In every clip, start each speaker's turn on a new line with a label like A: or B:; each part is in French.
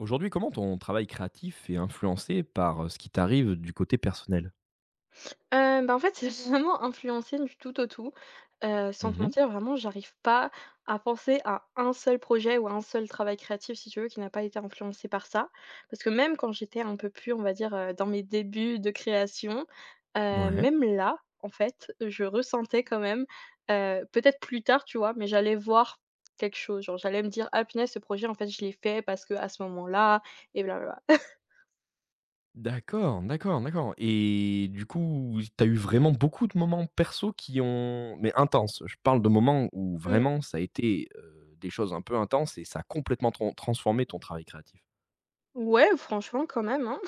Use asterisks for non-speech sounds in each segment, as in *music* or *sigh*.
A: Aujourd'hui, comment ton travail créatif est influencé par, ce qui t'arrive du côté personnel?
B: Bah, en fait, *laughs* c'est vraiment influencé du tout au tout. Sans te
A: Mmh.
B: mentir, vraiment, j'arrive pas à penser à un seul projet ou à un seul travail créatif, si tu veux, qui n'a pas été influencé par ça. Parce que même quand j'étais un peu plus, on va dire, dans mes débuts de création,
A: Ouais.
B: même là, en fait, je ressentais quand même, peut-être plus tard, tu vois? Mais j'allais voir quelque chose, genre, j'allais me dire: «Ah punaise, ce projet, en fait, je l'ai fait parce que à ce moment-là» et blablabla.
A: D'accord, d'accord, d'accord, et du coup, t'as eu vraiment beaucoup de moments perso qui ont mais intenses. Je parle de moments où
B: Mmh,
A: vraiment ça a été, des choses un peu intenses et ça a complètement transformé ton travail créatif?
B: ouais, franchement, quand même, hein.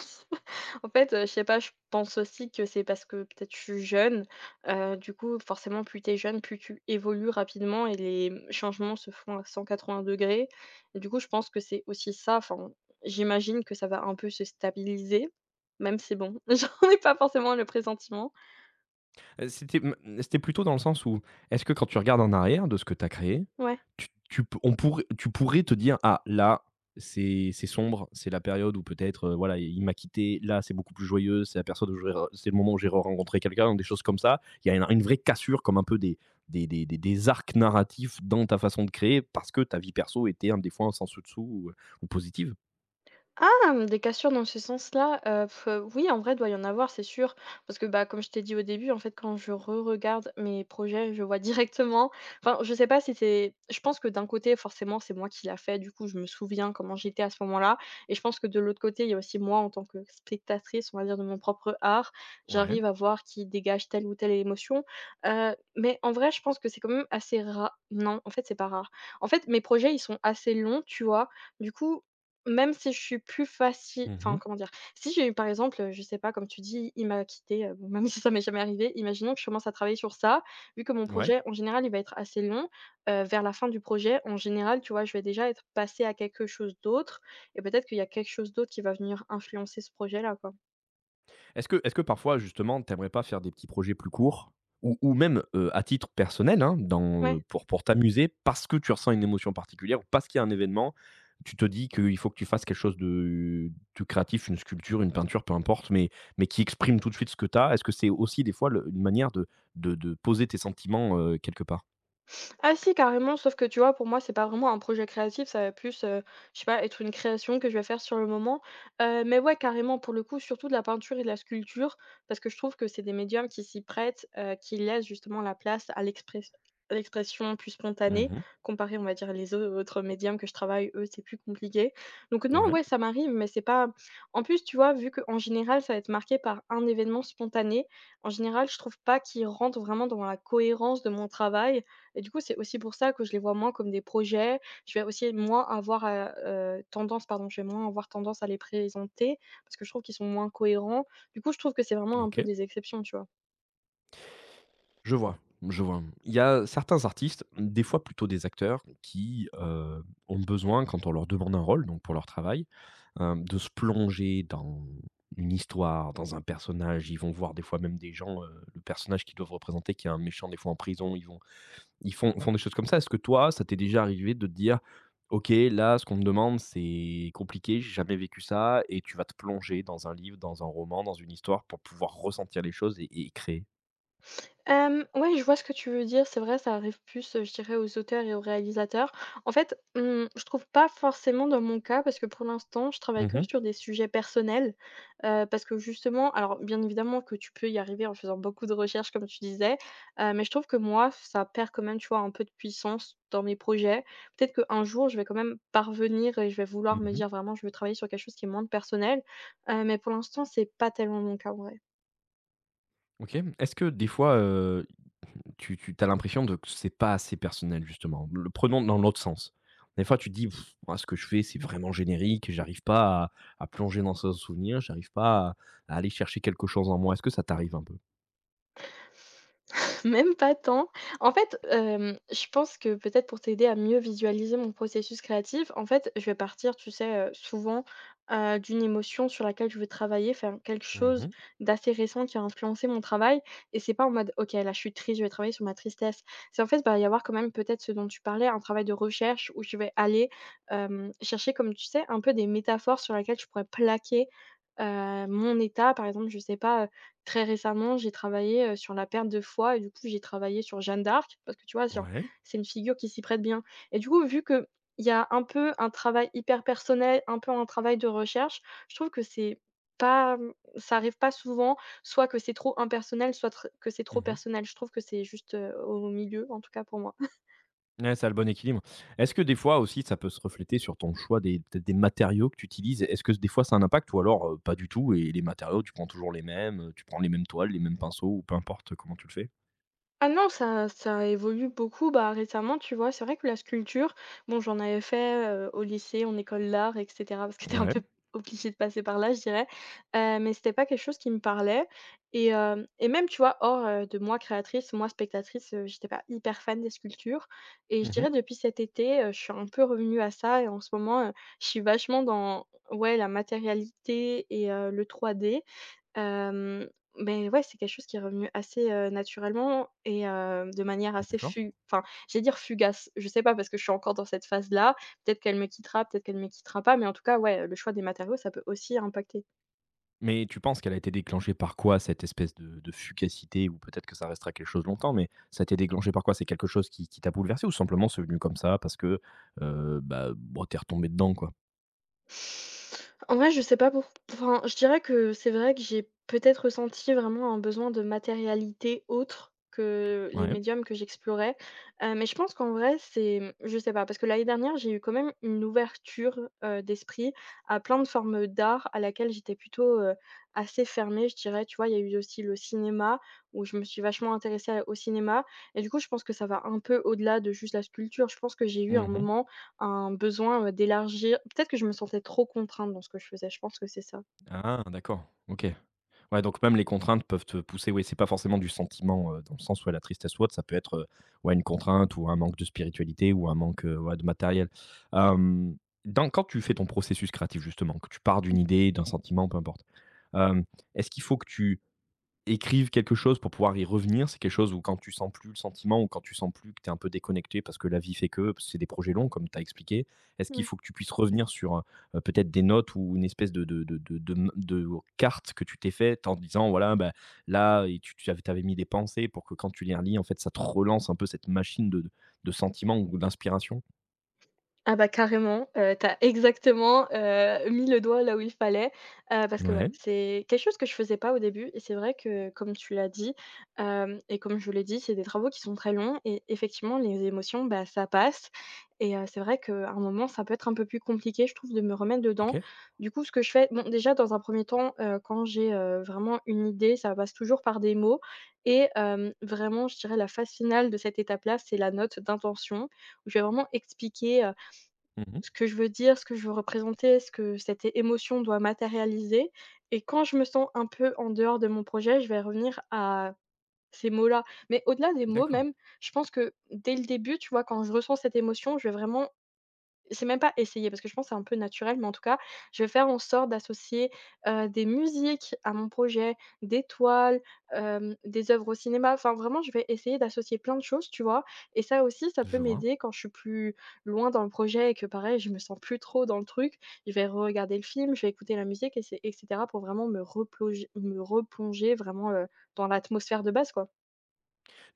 B: En fait, je sais pas, je pense aussi que c'est parce que peut-être je suis jeune, du coup, forcément, plus t'es jeune, plus tu évolues rapidement et les changements se font à 180° et du coup, je pense que c'est aussi ça. Enfin, j'imagine que ça va un peu se stabiliser, même si bon, *laughs* j'en ai pas forcément le pressentiment.
A: Heu, c'était mmh, c'était plutôt dans le sens où, est-ce que quand tu regardes en arrière de ce que tu as créé,
B: Ouais.
A: tu tu p on pourrait tu pourrais te dire: «Ah là, c'est sombre, c'est la période où peut-être, voilà, il m'a quitté. Là, c'est beaucoup plus joyeux, c'est la personne où je vais re c'est le moment où j'ai re-rencontré quelqu'un», des choses comme ça. Il y a une vraie cassure comme un peu des arcs narratifs dans ta façon de créer parce que ta vie perso était un des fois un sans dessus dessous ou positive?
B: Ah! Mmh, des cassures dans ce sens-là, oui, en vrai, doit y en avoir, c'est sûr. Parce que, bah, comme je t'ai dit au début, en fait, quand je re-regarde mes projets, je vois *laughs* directement, enfin, je sais pas si c'est, je pense que d'un côté, forcément, c'est moi qui l'a fait. Du coup, je me souviens comment j'étais à ce moment-là, et je pense que de l'autre côté, il y a aussi moi en tant que spectatrice, on va dire, de mon propre art.
A: Ouais.
B: J'arrive à voir qui dégage telle ou telle émotion, mais en vrai, je pense que c'est quand même assez rare. Non, en fait, c'est pas rare. En fait, mes projets, ils sont assez longs, tu vois? Du coup, même si je suis plus facile,
A: Mmh
B: enfin,
A: mh.
B: comment dire? Si j'ai eu par exemple, je sais pas, comme tu dis, il m'a quitté, bon, même *laughs* si ça m'est jamais arrivé, imaginons que je commence à travailler sur ça, vu que mon
A: Ouais.
B: projet, en général, il va être assez long, vers la fin du projet, en général, tu vois, je vais déjà être passée à quelque chose d'autre et peut-être qu'il y a quelque chose d'autre qui va venir influencer ce projet-là, quoi.
A: Est-ce que parfois, justement, t'aimerais pas faire des petits projets plus courts ou même à titre personnel, hein, dans,
B: Ouais.
A: pour t'amuser, parce que tu ressens une émotion particulière ou parce qu'il y a un événement, tu te dis qu'il faut que tu fasses quelque chose de créatif, une sculpture, une peinture, peu importe, mais qui exprime tout de suite ce que tu as. Est-ce que c'est aussi des fois une manière de poser tes sentiments quelque part?
B: Ah si, carrément, sauf que tu vois, pour moi, c'est pas vraiment un projet créatif, ça va plus, je sais pas, être une création que je vais faire sur le moment. Mais ouais, carrément, pour le coup, surtout de la peinture et de la sculpture, parce que je trouve que c'est des médiums qui s'y prêtent, qui laissent justement la place à l'express à l'expression plus spontanée,
A: Mhm.
B: comparé, on va dire, les autres médiums que je travaille, eux, c'est plus compliqué. Donc non,
A: Ouais,
B: ouais, ça m'arrive, mais c'est pas, en plus, tu vois, vu qu'en général, ça va être marqué par un événement spontané, en général, je trouve pas qu'il rentre vraiment dans la cohérence de mon travail. Et du coup, c'est aussi pour ça que je les vois moins comme des projets. Je vais aussi moins avoir, tendance, pardon, je vais moins avoir tendance à les présenter parce que je trouve qu'ils sont moins cohérents. Du coup, je trouve que c'est vraiment un
A: ok.
B: peu des exceptions, tu vois?
A: Je vois, je vois. Il y a certains artistes, des fois plutôt des acteurs, qui ont besoin, quand on leur demande un rôle, donc pour leur travail, de se plonger dans une histoire, dans un personnage. Ils vont voir des fois même des gens, le personnage qu'ils doivent représenter, qui est un méchant, des fois en prison. Ils vont, font des choses comme ça. Est-ce que toi, ça t'est déjà arrivé de te dire, ok, là, ce qu'on me demande, c'est compliqué, j'ai jamais vécu ça, et tu vas te plonger dans un livre, dans un roman, dans une histoire pour pouvoir ressentir les choses et créer?
B: Ouais, je vois ce que tu veux dire. C'est vrai, ça arrive plus, je dirais aux auteurs et aux réalisateurs. En fait, je trouve pas forcément dans mon cas, parce que pour l'instant, je travaille que
A: Mhm,
B: sur des sujets personnels, parce que justement, alors bien évidemment que tu peux y arriver en faisant beaucoup de recherches comme tu disais, mais je trouve que moi, ça perd quand même, tu vois, un peu de puissance dans mes projets. Peut-être qu'un jour, je vais quand même parvenir et je vais vouloir me
A: mhm.
B: dire vraiment: «Je veux travailler sur quelque chose qui est moins personnel», mais pour l'instant, c'est pas tellement mon cas, ouais.
A: OK. Est-ce que des fois, tu as l'impression de que c'est pas assez personnel justement? Le prenons dans l'autre sens. Des fois tu te dis: «Pff, moi ce que je fais c'est vraiment générique, j'arrive pas à plonger dans ce souvenir, j'arrive pas à aller chercher quelque chose en moi». Est-ce que ça t'arrive un peu?
B: *laughs* Même pas tant. En fait, je pense que peut-être pour t'aider à mieux visualiser mon processus créatif, en fait, je vais partir, tu sais, souvent, d'une émotion sur laquelle je veux travailler, faire quelque chose
A: Mmh.
B: d'assez récent qui a influencé mon travail, et c'est pas en mode: «OK, là, je suis triste, je vais travailler sur ma tristesse». C'est, en fait, bah, y avoir quand même peut-être ce dont tu parlais, un travail de recherche où je vais aller, chercher, comme tu sais, un peu des métaphores sur laquelle je pourrais plaquer, mon état. Par exemple, je sais pas, très récemment, j'ai travaillé, sur la perte de foi, et du coup, j'ai travaillé sur Jeanne d'Arc parce que, tu vois, genre,
A: Ouais.
B: c'est une figure qui s'y prête bien. Et du coup, vu que il y a un peu un travail hyper personnel, un peu un travail de recherche, je trouve que c'est pas, ça arrive pas souvent, soit que c'est trop impersonnel, soit tr que c'est trop
A: Mmh.
B: personnel. Je trouve que c'est juste, au milieu, en tout cas pour moi.
A: Ouais, ça a le bon équilibre. Est-ce que des fois aussi ça peut se refléter sur ton choix des peut-être des matériaux que tu utilises? Est-ce que des fois ça a un impact ou alors, pas du tout et les matériaux tu prends toujours les mêmes, tu prends les mêmes toiles, les mêmes pinceaux ou peu importe comment tu le fais?
B: Ah non, ça ça évolue beaucoup. Bah, récemment, tu vois, c'est vrai que la sculpture, bon, j'en avais fait, au lycée, en école d'art etc., parce que tu un
A: Ouais.
B: peu obligé de passer par là, je dirais, mais c'était pas quelque chose qui me parlait, et hem et même, tu vois, hors, de moi créatrice, moi spectatrice, j'étais pas hyper fan des sculptures, et je
A: Mmh.
B: dirais depuis cet été, je suis un peu revenue à ça, et en ce moment, je suis vachement dans, ouais, la matérialité et le 3D. Hem, mais ouais, c'est quelque chose qui est revenu assez, naturellement et de manière assez,
A: D'accord.
B: fu enfin, j'allais dire fugace, je sais pas, parce que je suis encore dans cette phase-là. Peut-être qu'elle me quittera, peut-être qu'elle me quittera pas, mais en tout cas, ouais, le choix des matériaux, ça peut aussi impacter.
A: Mais tu penses qu'elle a été déclenchée par quoi cette espèce de fugacité ou peut-être que ça restera quelque chose longtemps, mais ça a été déclenché par quoi? C'est quelque chose qui t'a bouleversé ou simplement c'est venu comme ça parce que, bon, tu es dedans, quoi?
B: En vrai, je sais pas, pour, enfin, je dirais que c'est vrai que j'ai peut-être ressenti vraiment un besoin de matérialité autre que les
A: Ouais.
B: médiums que j'explorais, mais je pense qu'en vrai, c'est, je sais pas, parce que l'année dernière, j'ai eu quand même une ouverture, d'esprit à plein de formes d'art à laquelle j'étais plutôt, assez fermée, je dirais. Tu vois? Il y a eu aussi le cinéma où je me suis vachement intéressée à au cinéma, et du coup, je pense que ça va un peu au-delà de juste la sculpture. Je pense que j'ai eu un
A: Mmh.
B: moment un besoin, d'élargir, peut-être que je me sentais trop contrainte dans ce que je faisais, je pense que c'est ça.
A: Ah d'accord, OK. Ouais, donc même les contraintes peuvent te pousser, oui, c'est pas forcément du sentiment, dans le sens où la tristesse ou autre, ça peut être, ouais, une contrainte ou un manque de spiritualité ou un manque, ouais, de matériel. Hem, dans quand tu fais ton processus créatif justement, que tu pars d'une idée, d'un sentiment, peu importe, hem, est-ce qu'il faut que tu écrivent quelque chose pour pouvoir y revenir? C'est quelque chose où quand tu sens plus le sentiment ou quand tu sens plus que tu es un peu déconnecté parce que la vie fait que parce que c'est des projets longs, comme tu as expliqué, est-ce qu'il
B: Ouais.
A: faut que tu puisses revenir sur peut-être des notes ou une espèce de carte que tu t'es faite en disant, voilà, bah, là, et tu avais, t'avais mis des pensées pour que quand tu les relis, en fait, ça te relance un peu cette machine de, de sentiments ou d'inspiration?
B: Ah bah carrément, tu exactement, mis le doigt là où il fallait, parce que ouais,
A: Ouais,
B: c'est quelque chose que je faisais pas au début, et c'est vrai que comme tu l'as dit, hem et comme je l'ai dit, c'est des travaux qui sont très longs, et effectivement les émotions, bah, ça passe, et c'est vrai qu'à un moment, ça peut être un peu plus compliqué, je trouve, de me remettre dedans.
A: ok.
B: Du coup, ce que je fais, bon, déjà dans un premier temps, quand j'ai, vraiment une idée, ça passe toujours par des mots, et vraiment, je dirais la phase finale de cette étape-là, c'est la note d'intention où je vais vraiment expliquer,
A: Mhm.
B: ce que je veux dire, ce que je veux représenter, ce que cette é émotion doit matérialiser, et quand je me sens un peu en dehors de mon projet, je vais revenir à ces mots-là. Mais au-delà des mots
A: D'accord,
B: même, je pense que dès le début, tu vois, quand je ressens cette émotion, je vais vraiment, c'est même pas essayer parce que je pense que c'est un peu naturel, mais en tout cas, je vais faire en sorte d'associer, des musiques à mon projet, des toiles, des œuvres au cinéma. Enfin, vraiment, je vais essayer d'associer plein de choses, tu vois? Et ça aussi, ça peut
A: je vois.
B: m'aider quand je suis plus loin dans le projet et que, pareil, je me sens plus trop dans le truc. Je vais reregarder le film, je vais écouter la musique, et c'est et pour vraiment me replonger vraiment, dans l'atmosphère de base, quoi.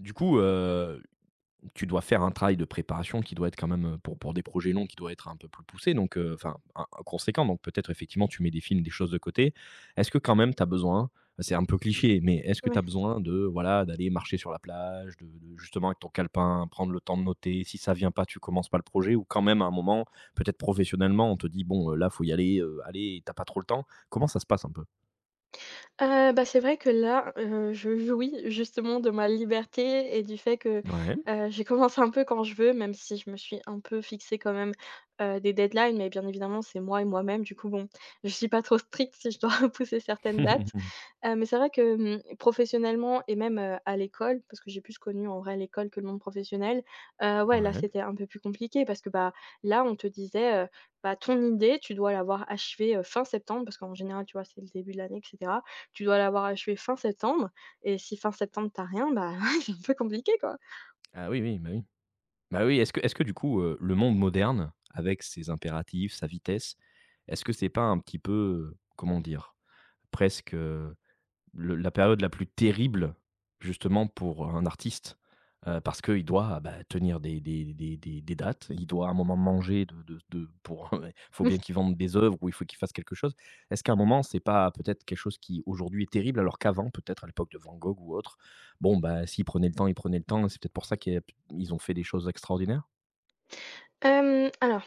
A: Du coup, tu dois faire un travail de préparation qui doit être quand même, pour des projets longs, qui doit être un peu plus poussé donc enfin, un conséquent donc peut-être effectivement tu mets des films, des choses de côté. Est-ce que quand même tu as besoin, c'est un peu cliché, mais est-ce que tu
B: Ouais.
A: as besoin de, voilà, d'aller marcher sur la plage, de justement avec ton calepin, prendre le temps de noter? Si ça vient pas, tu commences pas le projet ou quand même à un moment, peut-être professionnellement, on te dit: «Bon, là, faut y aller, allez, tu pas trop le temps». Comment ça se passe un peu?
B: Bah, c'est vrai que là, je jouis justement de ma liberté et du fait que,
A: Ouais.
B: j'ai commencé un peu quand je veux, même si je me suis un peu fixé quand même, des deadlines, mais bien évidemment, c'est moi et moi-même. Du coup, bon, *laughs* je suis pas trop stricte si je dois *laughs* repousser certaines dates.
A: *laughs*
B: Mais c'est vrai que, professionnellement et même, à l'école, parce que j'ai plus connu en vrai l'école que le monde professionnel, ouais, là,
A: Ouais.
B: c'était un peu plus compliqué parce que, bah, là, on te disait, «Bah, ton idée, tu dois l'avoir achevée, fin septembre», parce qu'en général, tu vois, c'est le début de l'année etc. Tu dois l'avoir achevé fin septembre et si fin septembre tu as rien, bah, *laughs* c'est un peu compliqué, quoi.
A: Ah oui, oui, bah oui. Bah, oui, est-ce que du coup, le monde moderne, avec ses impératifs, sa vitesse, est-ce que c'est pas un petit peu, comment dire? Presque, le la période la plus terrible, justement, pour un artiste? Parce qu'il doit, bah, tenir des dates, il doit à un moment manger de pour *laughs* il faut bien qu'il vende des œuvres ou il faut qu'il fasse quelque chose. Est-ce qu'à un moment, c'est pas peut-être quelque chose qui aujourd'hui est terrible, alors qu'avant, peut-être à l'époque de Van Gogh ou autre, bon, bah, s'il prenait le temps, il prenait le temps et c'est peut-être pour ça qu'ils ont fait des choses extraordinaires?
B: Alors,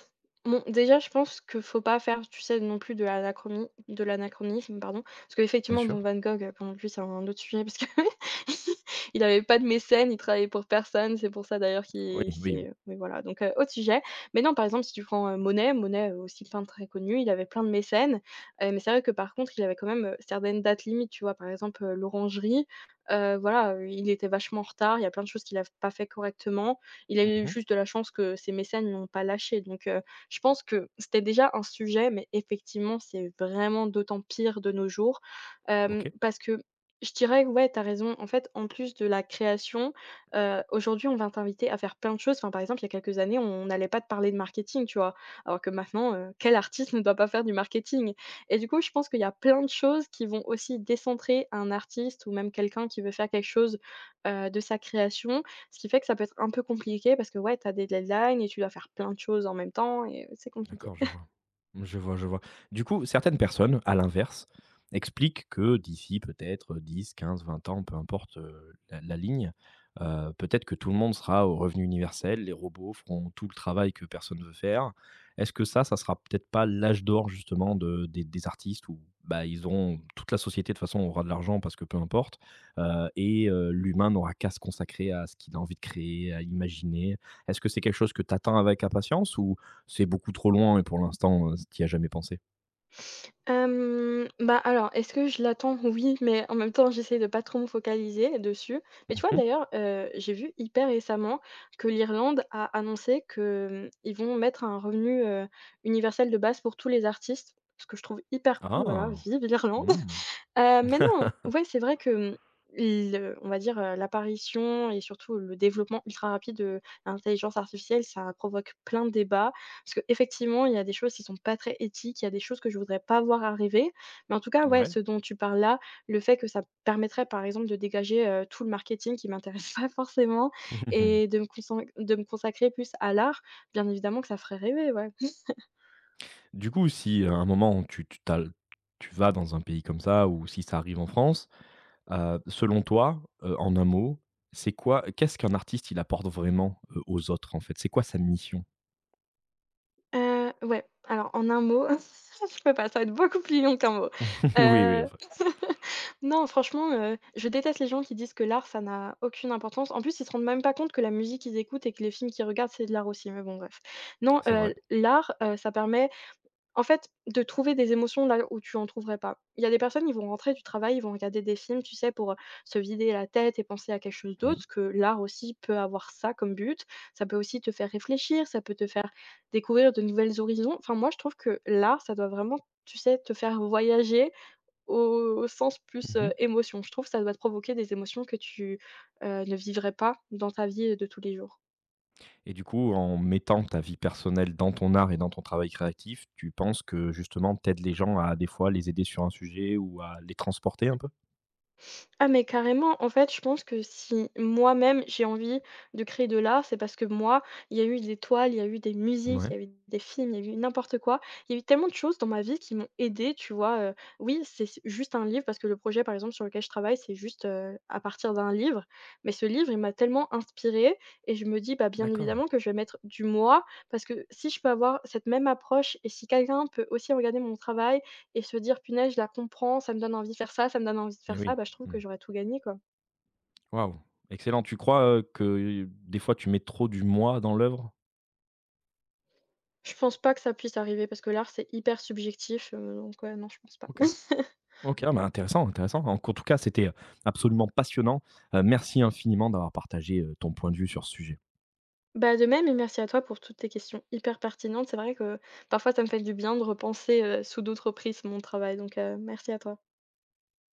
B: bon, déjà, je pense que faut pas faire, tu sais, non plus de l'anachronie, de l'anachronisme. Pardon. Parce
A: Bien
B: qu'effectivement,
A: sûr.
B: bon, Van Gogh, bon, lui, c'est un autre sujet parce que *laughs* il avait pas de mécène, il travaillait pour personne. C'est pour ça, d'ailleurs,
A: Oui,
B: qu'il
A: oui, oui.
B: c'est, mais voilà, donc autre sujet. Mais non, par exemple, si tu prends, Monet, aussi peintre très connu, il avait plein de mécènes, mais c'est vrai que, par contre, il avait quand même, certaines dates limites, tu vois? Par exemple, l'orangerie, voilà, il était vachement en retard. Il y a plein de choses qu'il a pas fait correctement. Il a eu
A: Mmh.
B: juste de la chance que ses mécènes ne l'ont pas lâché donc je pense que c'était déjà un sujet mais effectivement, c'est vraiment d'autant pire de nos jours,
A: OK.
B: parce que je dirais que ouais, t'as raison. En fait, en plus de la création, aujourd'hui, on va t'inviter à faire plein de choses. Enfin, par exemple, il y a quelques années, on n'allait pas te parler de marketing, tu vois? Alors que maintenant, quel artiste *laughs* ne doit pas faire du marketing? Et du coup, je pense qu'il y a plein de choses qui vont aussi décentrer un artiste ou même quelqu'un qui veut faire quelque chose, de sa création, ce qui fait que ça peut être un peu compliqué parce que, ouais, t'as des deadlines et tu dois faire plein de choses en même temps et c'est compliqué.
A: D'accord, je vois. Je vois, je vois. Du coup, certaines personnes, à l'inverse, expliquent que d'ici peut-être 10, 15, 20 ans, peu importe la, la ligne, peut-être que tout le monde sera au revenu universel, les robots feront tout le travail que personne ne veut faire. Est-ce que ça sera peut-être pas l'âge d'or justement des artistes où bah, ils auront, toute la société de toute façon aura de l'argent parce que peu importe, l'humain n'aura qu'à se consacrer à ce qu'il a envie de créer, à imaginer. Est-ce que c'est quelque chose que tu attends avec impatience ou c'est beaucoup trop loin et pour l'instant, tu as jamais pensé?
B: Bah, alors, est-ce que je l'attends? *laughs* Oui, mais en même temps, j'essaie de pas trop me focaliser dessus. Mais tu vois,
A: Mmh.
B: d'ailleurs, j'ai vu hyper récemment que l'Irlande a annoncé que, ils vont mettre un revenu, universel de base pour tous les artistes, ce que je trouve hyper cool, voilà,
A: Ah!
B: vive l'Irlande!
A: Mmh.
B: Maintenant,
A: *laughs*
B: ouais, c'est vrai que, le on va dire, l'apparition et surtout le développement ultra rapide de l'intelligence artificielle, ça provoque plein de débats. Parce qu'effectivement, il y a des choses qui sont pas très éthiques, il y a des choses que je voudrais pas voir arriver. Mais en tout cas, ouais,
A: Ouais.
B: ce dont tu parles là, le fait que ça permettrait, par exemple, de dégager, tout le marketing qui m'intéresse *laughs* pas forcément et
A: *laughs*
B: de me consacrer plus à l'art, bien évidemment que ça ferait rêver, ouais.
A: Du coup, si à un moment tu vas dans un pays comme ça ou si ça arrive en France, selon toi, en un mot, c'est quoi qu'est-ce qu'un artiste il apporte vraiment, aux autres en fait? C'est quoi sa mission?
B: Ouais, alors en un mot, *laughs* je peux pas, ça va être beaucoup plus long qu'un mot.
A: *laughs* Oui, oui,
B: Heu,
A: enfin,
B: *laughs* non, franchement, je déteste les gens qui disent que l'art, ça n'a aucune importance. En plus, ils se rendent même pas compte que la musique qu'ils écoutent et que les films qu'ils regardent, c'est de l'art aussi, mais bon, bref. Non,
A: c'est vrai.
B: l'art, ça permet en fait, de trouver des émotions là où tu en trouverais pas. Il y a des personnes, ils vont rentrer du travail, ils vont regarder des films, tu sais, pour, se vider la tête et penser à quelque chose
A: Oui.
B: d'autre, que l'art aussi peut avoir ça comme but. Ça peut aussi te faire réfléchir, ça peut te faire découvrir de nouvelles horizons. Enfin, moi, je trouve que l'art, ça doit vraiment, tu sais, te faire voyager au sens plus,
A: Mmh.
B: émotion. Je trouve que ça doit te provoquer des émotions que tu, ne vivrais pas dans ta vie de tous les jours.
A: Et du coup, en mettant ta vie personnelle dans ton art et dans ton travail créatif, tu penses que justement, tu aides les gens à des fois les aider sur un sujet ou à les transporter un peu?
B: Ah mais carrément, en fait, je pense que si moi-même j'ai envie de créer de l'art, c'est parce que moi, il y a eu des toiles, il y a eu des musiques,
A: Ouais.
B: il y a eu des films, il y a eu n'importe quoi. Il y a eu tellement de choses dans ma vie qui m'ont aidée, tu vois? Oui, c'est s juste un livre parce que le projet, par exemple, sur lequel je travaille, c'est juste, à partir d'un livre. Mais ce livre, il m'a tellement inspirée et je me dis, bah, bien
A: D'accord.
B: évidemment que je vais mettre du moi parce que si je peux avoir cette même approche et si quelqu'un peut aussi regarder mon travail et se dire: «Punaise, je la comprends, ça me donne envie de faire ça, ça me donne envie de
A: Et
B: faire
A: oui.
B: ça», bah, je trouve
A: Mmh.
B: que j'aurais tout gagné, quoi.
A: Waouh! Excellent. Tu crois, que des fois tu mets trop du «moi» dans l'œuvre?
B: Je pense pas que ça puisse arriver parce que l'art, c'est hyper subjectif, donc ouais, non, je pense pas.
A: OK.
B: *laughs*
A: OK, ah, bah, intéressant, intéressant. En tout cas, c'était, absolument passionnant. Merci infiniment d'avoir partagé, ton point de vue sur ce sujet.
B: Bah, de même et merci à toi pour toutes tes questions hyper pertinentes. C'est vrai que parfois ça me fait du bien de repenser, sous d'autres prismes mon travail, donc merci à toi.